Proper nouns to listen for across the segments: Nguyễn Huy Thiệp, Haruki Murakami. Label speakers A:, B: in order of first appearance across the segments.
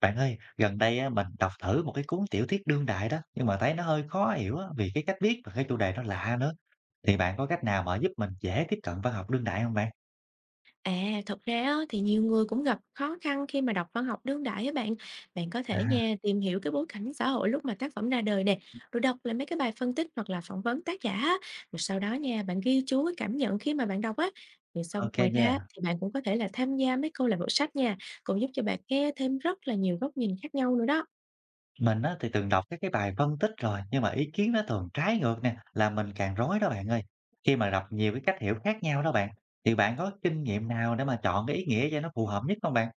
A: Bạn ơi, gần đây á, mình đọc thử một cái cuốn tiểu thuyết đương đại đó, nhưng mà thấy nó hơi khó hiểu á, vì cái cách viết và cái chủ đề nó lạ nữa. Thì bạn có cách nào mà giúp mình dễ tiếp cận văn học đương đại không bạn?
B: À, thật ra á, thì nhiều người cũng gặp khó khăn khi mà đọc văn học đương đại á bạn. Bạn có thể
A: À,
B: nha tìm hiểu cái bối cảnh xã hội lúc mà tác phẩm ra đời nè, rồi đọc lại mấy cái bài phân tích hoặc là phỏng vấn tác giả, á. Rồi sau đó nha bạn ghi chú cái cảm nhận khi mà bạn đọc á. Rồi xong
A: ok
B: ngoài ra á,
A: nha.
B: thì bạn cũng có thể là tham gia mấy câu lạc bộ sách nha, cũng giúp cho bạn nghe thêm rất là nhiều góc nhìn khác nhau nữa đó.
A: Mình á, thì từng đọc các cái bài phân tích rồi, nhưng mà ý kiến nó thường trái ngược nè, làm mình càng rối đó bạn ơi. Khi mà đọc nhiều cái cách hiểu khác nhau đó bạn, thì bạn có kinh nghiệm nào để mà chọn cái ý nghĩa cho nó phù hợp nhất không bạn?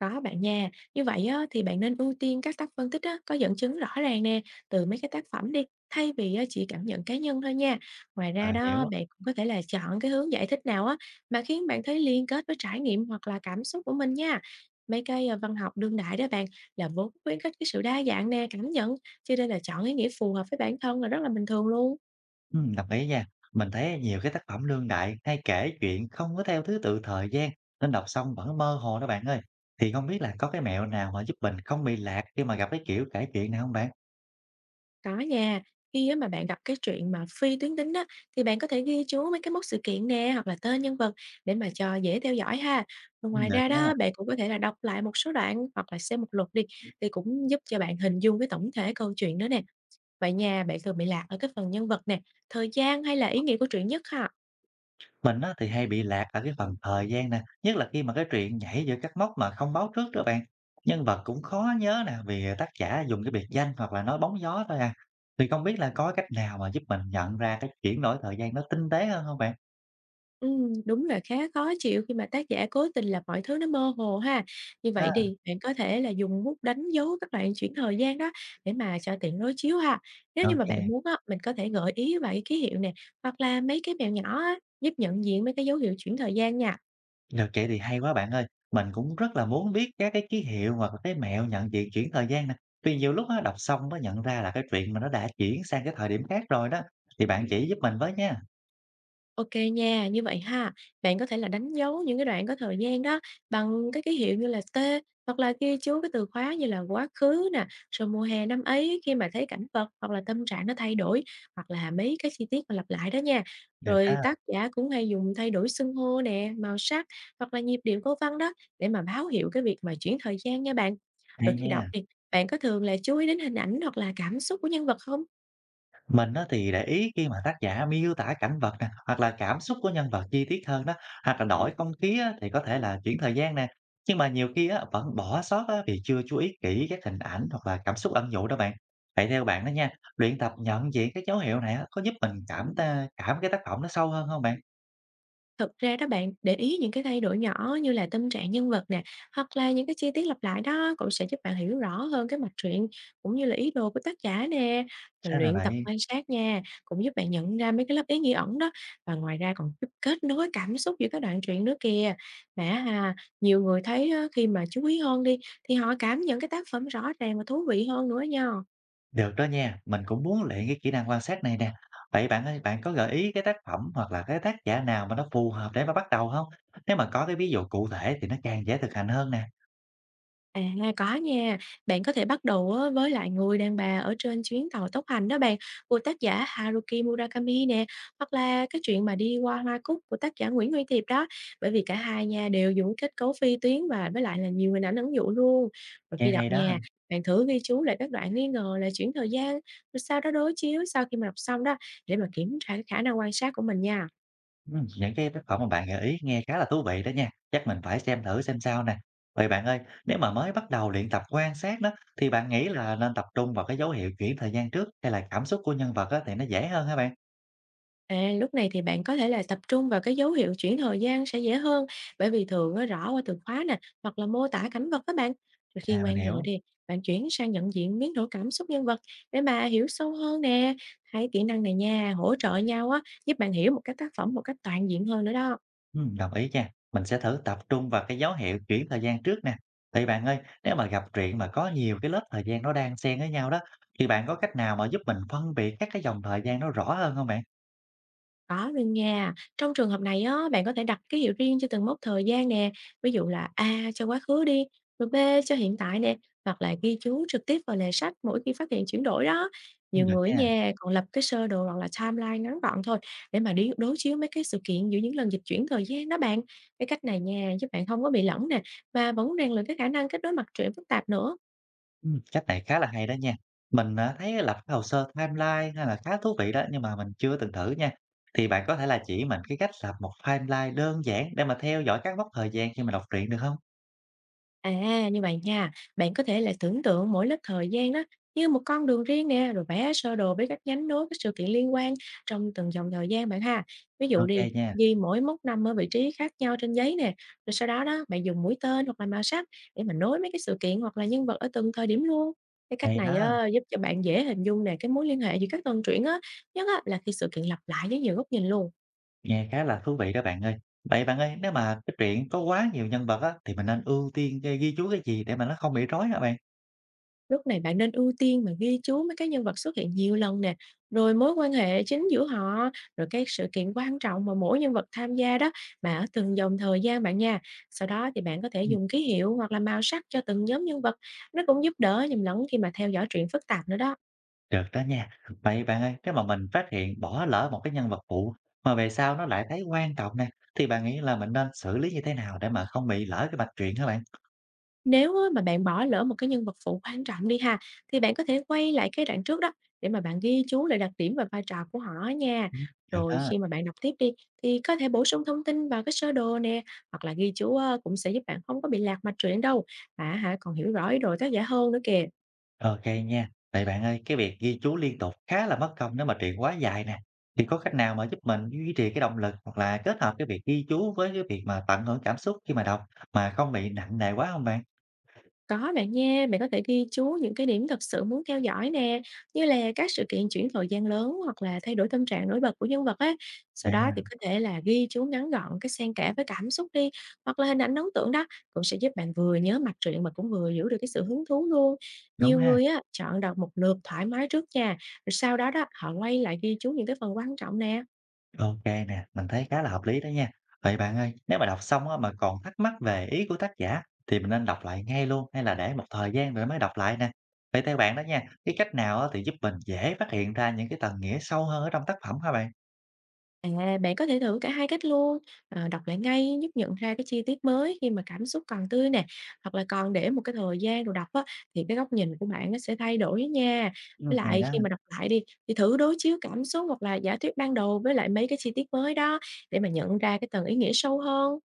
B: Có bạn nha, như vậy á, thì bạn nên ưu tiên các tác phân tích á, có dẫn chứng rõ ràng nè, từ mấy cái tác phẩm đi, thay vì á, chỉ cảm nhận cá nhân thôi nha. Ngoài ra
A: À,
B: đó,
A: hiểu.
B: bạn cũng có thể là chọn cái hướng giải thích nào á, mà khiến bạn thấy liên kết với trải nghiệm hoặc là cảm xúc của mình nha. Mấy cái văn học đương đại đó bạn là vốn khuyến khích cái sự đa dạng nè, cảm nhận, cho nên là chọn ý nghĩa phù hợp với bản thân là rất là bình thường luôn.
A: Đồng ý nha. Mình thấy nhiều cái tác phẩm đương đại hay kể chuyện không có theo thứ tự thời gian nên đọc xong vẫn mơ hồ đó bạn ơi. Thì không biết là có cái mẹo nào mà giúp mình không bị lạc khi mà gặp cái kiểu kể chuyện này không bạn?
B: Có nha, khi á mà bạn gặp cái chuyện mà phi tuyến tính đó thì bạn có thể ghi chú mấy cái mốc sự kiện nè hoặc là tên nhân vật để mà cho dễ theo dõi ha. Rồi ngoài
A: Được
B: ra
A: đó.
B: đó, bạn cũng có thể là đọc lại một số đoạn hoặc là xem một lượt đi thì cũng giúp cho bạn hình dung cái tổng thể câu chuyện đó nè. Vậy nha, bạn thường bị lạc ở cái phần nhân vật nè, thời gian hay là ý nghĩa của truyện nhất ha?
A: Mình á, thì hay bị lạc ở cái phần thời gian nè, nhất là khi mà cái truyện nhảy giữa các mốc mà không báo trước đó bạn. Nhân vật cũng khó nhớ nè vì tác giả dùng cái biệt danh hoặc là nói bóng gió thôi à. Thì không biết là có cách nào mà giúp mình nhận ra cái chuyển đổi thời gian nó tinh tế hơn không bạn?
B: Đúng là khá khó chịu khi mà tác giả cố tình làm mọi thứ nó mơ hồ ha. Như
A: Đó.
B: vậy thì bạn có thể là dùng bút đánh dấu các đoạn chuyển thời gian đó để mà cho tiện đối chiếu ha. Nếu như mà bạn
A: Ok.
B: muốn á, mình có thể gợi ý vài cái ký hiệu nè, hoặc là mấy cái mèo nhỏ á, giúp nhận diện mấy cái dấu hiệu chuyển thời gian nha.
A: Được vậy thì hay quá bạn ơi. Mình cũng rất là muốn biết các cái ký hiệu hoặc là cái mẹo nhận diện chuyển thời gian nè. Vì nhiều lúc á, đọc xong mới nhận ra là cái chuyện mà nó đã chuyển sang cái thời điểm khác rồi đó. Thì bạn chỉ giúp mình với nha.
B: OK nha, như vậy ha, bạn có thể là đánh dấu những cái đoạn có thời gian đó bằng cái ký hiệu như là T, hoặc là ghi chú cái từ khóa như là quá khứ nè, rồi mùa hè năm ấy khi mà thấy cảnh vật hoặc là tâm trạng nó thay đổi, hoặc là mấy cái chi tiết mà lặp lại đó nha.
A: Được
B: Rồi
A: ha.
B: tác giả cũng hay dùng thay đổi xưng hô nè, màu sắc hoặc là nhịp điệu câu văn đó để mà báo hiệu cái việc mà chuyển thời gian nha bạn. Rồi
A: Hay
B: khi đọc
A: nha.
B: thì bạn có thường là chú ý đến hình ảnh hoặc là cảm xúc của nhân vật không?
A: Mình á thì để ý khi mà tác giả miêu tả cảnh vật nè, hoặc là cảm xúc của nhân vật chi tiết hơn đó, hoặc là đổi không khí á, thì có thể là chuyển thời gian nè. Nhưng mà nhiều khi á, vẫn bỏ sót á, vì chưa chú ý kỹ các hình ảnh hoặc là cảm xúc ẩn dụ đó bạn. Vậy theo bạn đó nha, luyện tập nhận diện các dấu hiệu này á, có giúp mình cảm cái tác phẩm nó sâu hơn không bạn?
B: Thực ra đó bạn, để ý những cái thay đổi nhỏ như là tâm trạng nhân vật nè, hoặc là những cái chi tiết lặp lại đó cũng sẽ giúp bạn hiểu rõ hơn cái mạch truyện, cũng như là ý đồ của tác giả nè. Rồi
A: Sao là
B: luyện tập
A: vậy?
B: quan sát nha, cũng giúp bạn nhận ra mấy cái lớp ý nghĩa ẩn đó, và ngoài ra còn giúp kết nối cảm xúc giữa các đoạn truyện nữa kìa. Mà ha, nhiều người thấy á, khi mà chú ý hơn đi thì họ cảm nhận cái tác phẩm rõ ràng và thú vị hơn nữa nha.
A: Được đó nha, mình cũng muốn luyện cái kỹ năng quan sát này nè. Vậy bạn ơi, bạn có gợi ý cái tác phẩm hoặc là cái tác giả nào mà nó phù hợp để mà bắt đầu không? Nếu mà có cái ví dụ cụ thể thì nó càng dễ thực hành hơn nè.
B: À, có nha. Bạn có thể bắt đầu á với lại Người đàn bà ở trên chuyến tàu tốc hành đó bạn, của tác giả Haruki Murakami nè, hoặc là cái chuyện mà Đi qua Hoa Cúc của tác giả Nguyễn Huy Thiệp đó. Bởi vì cả hai nha đều dùng kết cấu phi tuyến và với lại là nhiều hình ảnh ẩn dụ luôn. Rồi
A: Nghe
B: khi đọc
A: hay đó.
B: nha, bạn thử ghi chú lại các đoạn nghi ngờ là chuyển thời gian, rồi sau đó đối chiếu sau khi mà đọc xong đó để mà kiểm tra cái khả năng quan sát của mình nha.
A: Ừ, những cái tác phẩm mà bạn gợi ý nghe khá là thú vị đó nha. Chắc mình phải xem thử xem sao nè. Vậy bạn ơi, nếu mà mới bắt đầu luyện tập quan sát đó, thì bạn nghĩ là nên tập trung vào cái dấu hiệu chuyển thời gian trước hay là cảm xúc của nhân vật á, thì nó dễ hơn hả bạn?
B: À, lúc này thì bạn có thể là tập trung vào cái dấu hiệu chuyển thời gian sẽ dễ hơn, bởi vì thường nó rõ qua từ khóa nè, hoặc là mô tả cảnh vật các bạn. Rồi khi
A: À, mình
B: quen rồi
A: hiểu.
B: thì bạn chuyển sang nhận diện biến đổi cảm xúc nhân vật để mà hiểu sâu hơn nè. Hai kỹ năng này nha, hỗ trợ nhau á, giúp bạn hiểu một cái tác phẩm một cách toàn diện hơn nữa đó.
A: Đồng ý nha. Mình sẽ thử tập trung vào cái dấu hiệu chuyển thời gian trước nè. Thì bạn ơi, nếu mà gặp chuyện mà có nhiều cái lớp thời gian nó đang xen với nhau đó, thì bạn có cách nào mà giúp mình phân biệt các cái dòng thời gian nó rõ hơn không bạn?
B: Có luôn nha. Trong trường hợp này á, bạn có thể đặt ký hiệu riêng cho từng mốc thời gian nè, ví dụ là A cho quá khứ đi, rồi B cho hiện tại nè, hoặc là ghi chú trực tiếp vào lề sách mỗi khi phát hiện chuyển đổi đó.
A: Ừ,
B: Nhiều
A: được
B: người ở
A: nha.
B: nhà còn lập cái sơ đồ hoặc là timeline ngắn gọn thôi, để mà đi đối chiếu mấy cái sự kiện giữa những lần dịch chuyển thời gian đó bạn. Cái cách này nha, giúp bạn không có bị lẫn nè, và vẫn rèn luyện cái khả năng kết nối mặt trời phức tạp nữa.
A: Cách này khá là hay đó nha. Mình à, thấy lập cái hồ sơ timeline hay là khá thú vị đó, nhưng mà mình chưa từng thử nha. Thì bạn có thể là chỉ mình cái cách lập một timeline đơn giản để mà theo dõi các mốc thời gian khi mà đọc truyện được không?
B: À, như vậy nha, bạn có thể là tưởng tượng mỗi lớp thời gian đó như một con đường riêng nè, rồi vẽ sơ đồ với các nhánh nối các sự kiện liên quan trong từng dòng thời gian bạn ha. Ví dụ
A: Ok
B: đi,
A: nha.
B: ghi mỗi mốc năm ở vị trí khác nhau trên giấy nè, rồi sau đó đó bạn dùng mũi tên hoặc là màu sắc để mà nối mấy cái sự kiện hoặc là nhân vật ở từng thời điểm luôn. Cái cách
A: Hay
B: này
A: đó.
B: á, giúp cho bạn dễ hình dung nè cái mối liên hệ giữa các tuần truyện á, nhất á, là khi sự kiện lặp lại với nhiều góc nhìn luôn.
A: Nghe khá là thú vị đó bạn ơi. Vậy bạn ơi, nếu mà cái truyện có quá nhiều nhân vật á, thì mình nên ưu tiên ghi ghi chú cái gì để mà nó không bị rối hả bạn?
B: Lúc này bạn nên ưu tiên mà ghi chú mấy cái nhân vật xuất hiện nhiều lần nè, rồi mối quan hệ chính giữa họ, rồi các sự kiện quan trọng mà mỗi nhân vật tham gia đó, mà ở từng dòng thời gian bạn nha. Sau đó thì bạn có thể
A: Ừm,
B: dùng ký hiệu hoặc là màu sắc cho từng nhóm nhân vật, nó cũng giúp đỡ nhầm lẫn khi mà theo dõi truyện phức tạp nữa đó.
A: được đó nha. Vậy bạn ơi, nếu mà mình phát hiện bỏ lỡ một cái nhân vật phụ mà về sau nó lại thấy quan trọng nè, thì bạn nghĩ là mình nên xử lý như thế nào để mà không bị lỡ cái mạch truyện hả bạn?
B: Nếu á mà bạn bỏ lỡ một cái nhân vật phụ quan trọng đi ha, thì bạn có thể quay lại cái đoạn trước đó để mà bạn ghi chú lại đặc điểm và vai trò của họ á nha.
A: Ừm, được
B: Rồi
A: đó.
B: khi mà bạn đọc tiếp đi thì có thể bổ sung thông tin vào cái sơ đồ nè, hoặc là ghi chú á, cũng sẽ giúp bạn không có bị lạc mạch truyện đâu. À hả, còn hiểu rõ ý đồ tác giả hơn nữa kìa.
A: OK nha. Vậy bạn ơi, cái việc ghi chú liên tục khá là mất công nếu mà truyện quá dài nè. Thì có cách nào mà giúp mình duy trì cái động lực hoặc là kết hợp cái việc ghi chú với cái việc mà tận hưởng cảm xúc khi mà đọc mà không bị nặng nề quá không bạn?
B: Có bạn nha, bạn có thể ghi chú những cái điểm thật sự muốn theo dõi nè, như là các sự kiện chuyển thời gian lớn hoặc là thay đổi tâm trạng nổi bật của nhân vật á. Sau đó
A: À,
B: thì có thể là ghi chú ngắn gọn cái xen kẽ với cảm xúc đi, hoặc là hình ảnh ấn tượng đó, cũng sẽ giúp bạn vừa nhớ mạch truyện mà cũng vừa giữ được cái sự hứng thú luôn.
A: đúng
B: Nhiều
A: ha.
B: người á chọn đọc một lượt thoải mái trước nha, rồi sau đó đó họ quay lại ghi chú những cái phần quan trọng nè.
A: OK nè, mình thấy khá là hợp lý đó nha. Vậy bạn ơi, nếu mà đọc xong á mà còn thắc mắc về ý của tác giả thì mình nên đọc lại ngay luôn hay là để một thời gian rồi mới đọc lại nè? Vậy theo bạn đó nha, cái cách nào á thì giúp mình dễ phát hiện ra những cái tầng nghĩa sâu hơn ở trong tác phẩm hả bạn?
B: À, bạn có thể thử cả hai cách luôn, đọc lại ngay giúp nhận ra cái chi tiết mới khi mà cảm xúc còn tươi nè, hoặc là còn để một cái thời gian rồi đọc á, thì cái góc nhìn của bạn nó sẽ thay đổi nha. Với
A: Hay
B: lại
A: đó.
B: khi mà đọc lại đi, thì thử đối chiếu cảm xúc hoặc là giả thuyết ban đầu với lại mấy cái chi tiết mới đó để mà nhận ra cái tầng ý nghĩa sâu hơn.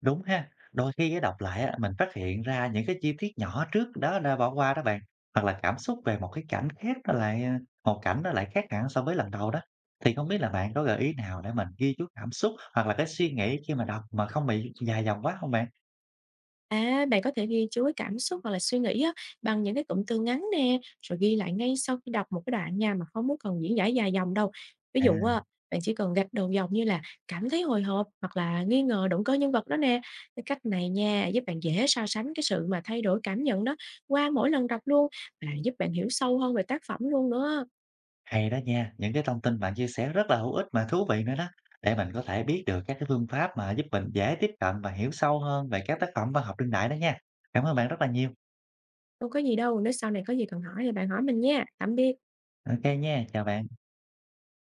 A: Đúng ha. Đôi khi á, đọc lại á, mình phát hiện ra những cái chi tiết nhỏ trước đó đã bỏ qua đó bạn. Hoặc là cảm xúc về một cái cảnh khác nó lại một cảnh nó lại khác hẳn so với lần đầu đó. Thì không biết là bạn có gợi ý nào để mình ghi chú cảm xúc hoặc là cái suy nghĩ khi mà đọc mà không bị dài dòng quá không bạn?
B: À, bạn có thể ghi chú cái cảm xúc hoặc là suy nghĩ á, bằng những cái cụm từ ngắn nè, rồi ghi lại ngay sau khi đọc một cái đoạn nha mà không muốn cần diễn giải dài dòng đâu. Ví dụ
A: À,
B: á, bạn chỉ cần gạch đầu dòng như là cảm thấy hồi hộp hoặc là nghi ngờ động cơ nhân vật đó nè. Cái cách này nha giúp bạn dễ so sánh cái sự mà thay đổi cảm nhận đó qua mỗi lần đọc luôn, và giúp bạn hiểu sâu hơn về tác phẩm luôn nữa.
A: hay đó nha. Những cái thông tin bạn chia sẻ rất là hữu ích mà thú vị nữa đó. Để mình có thể biết được các cái phương pháp mà giúp mình dễ tiếp cận và hiểu sâu hơn về các tác phẩm văn học đương đại đó nha. Cảm ơn bạn rất là nhiều.
B: Không có gì đâu, nếu sau này có gì cần hỏi thì bạn hỏi mình nha. Tạm biệt.
A: Ok nha, chào bạn.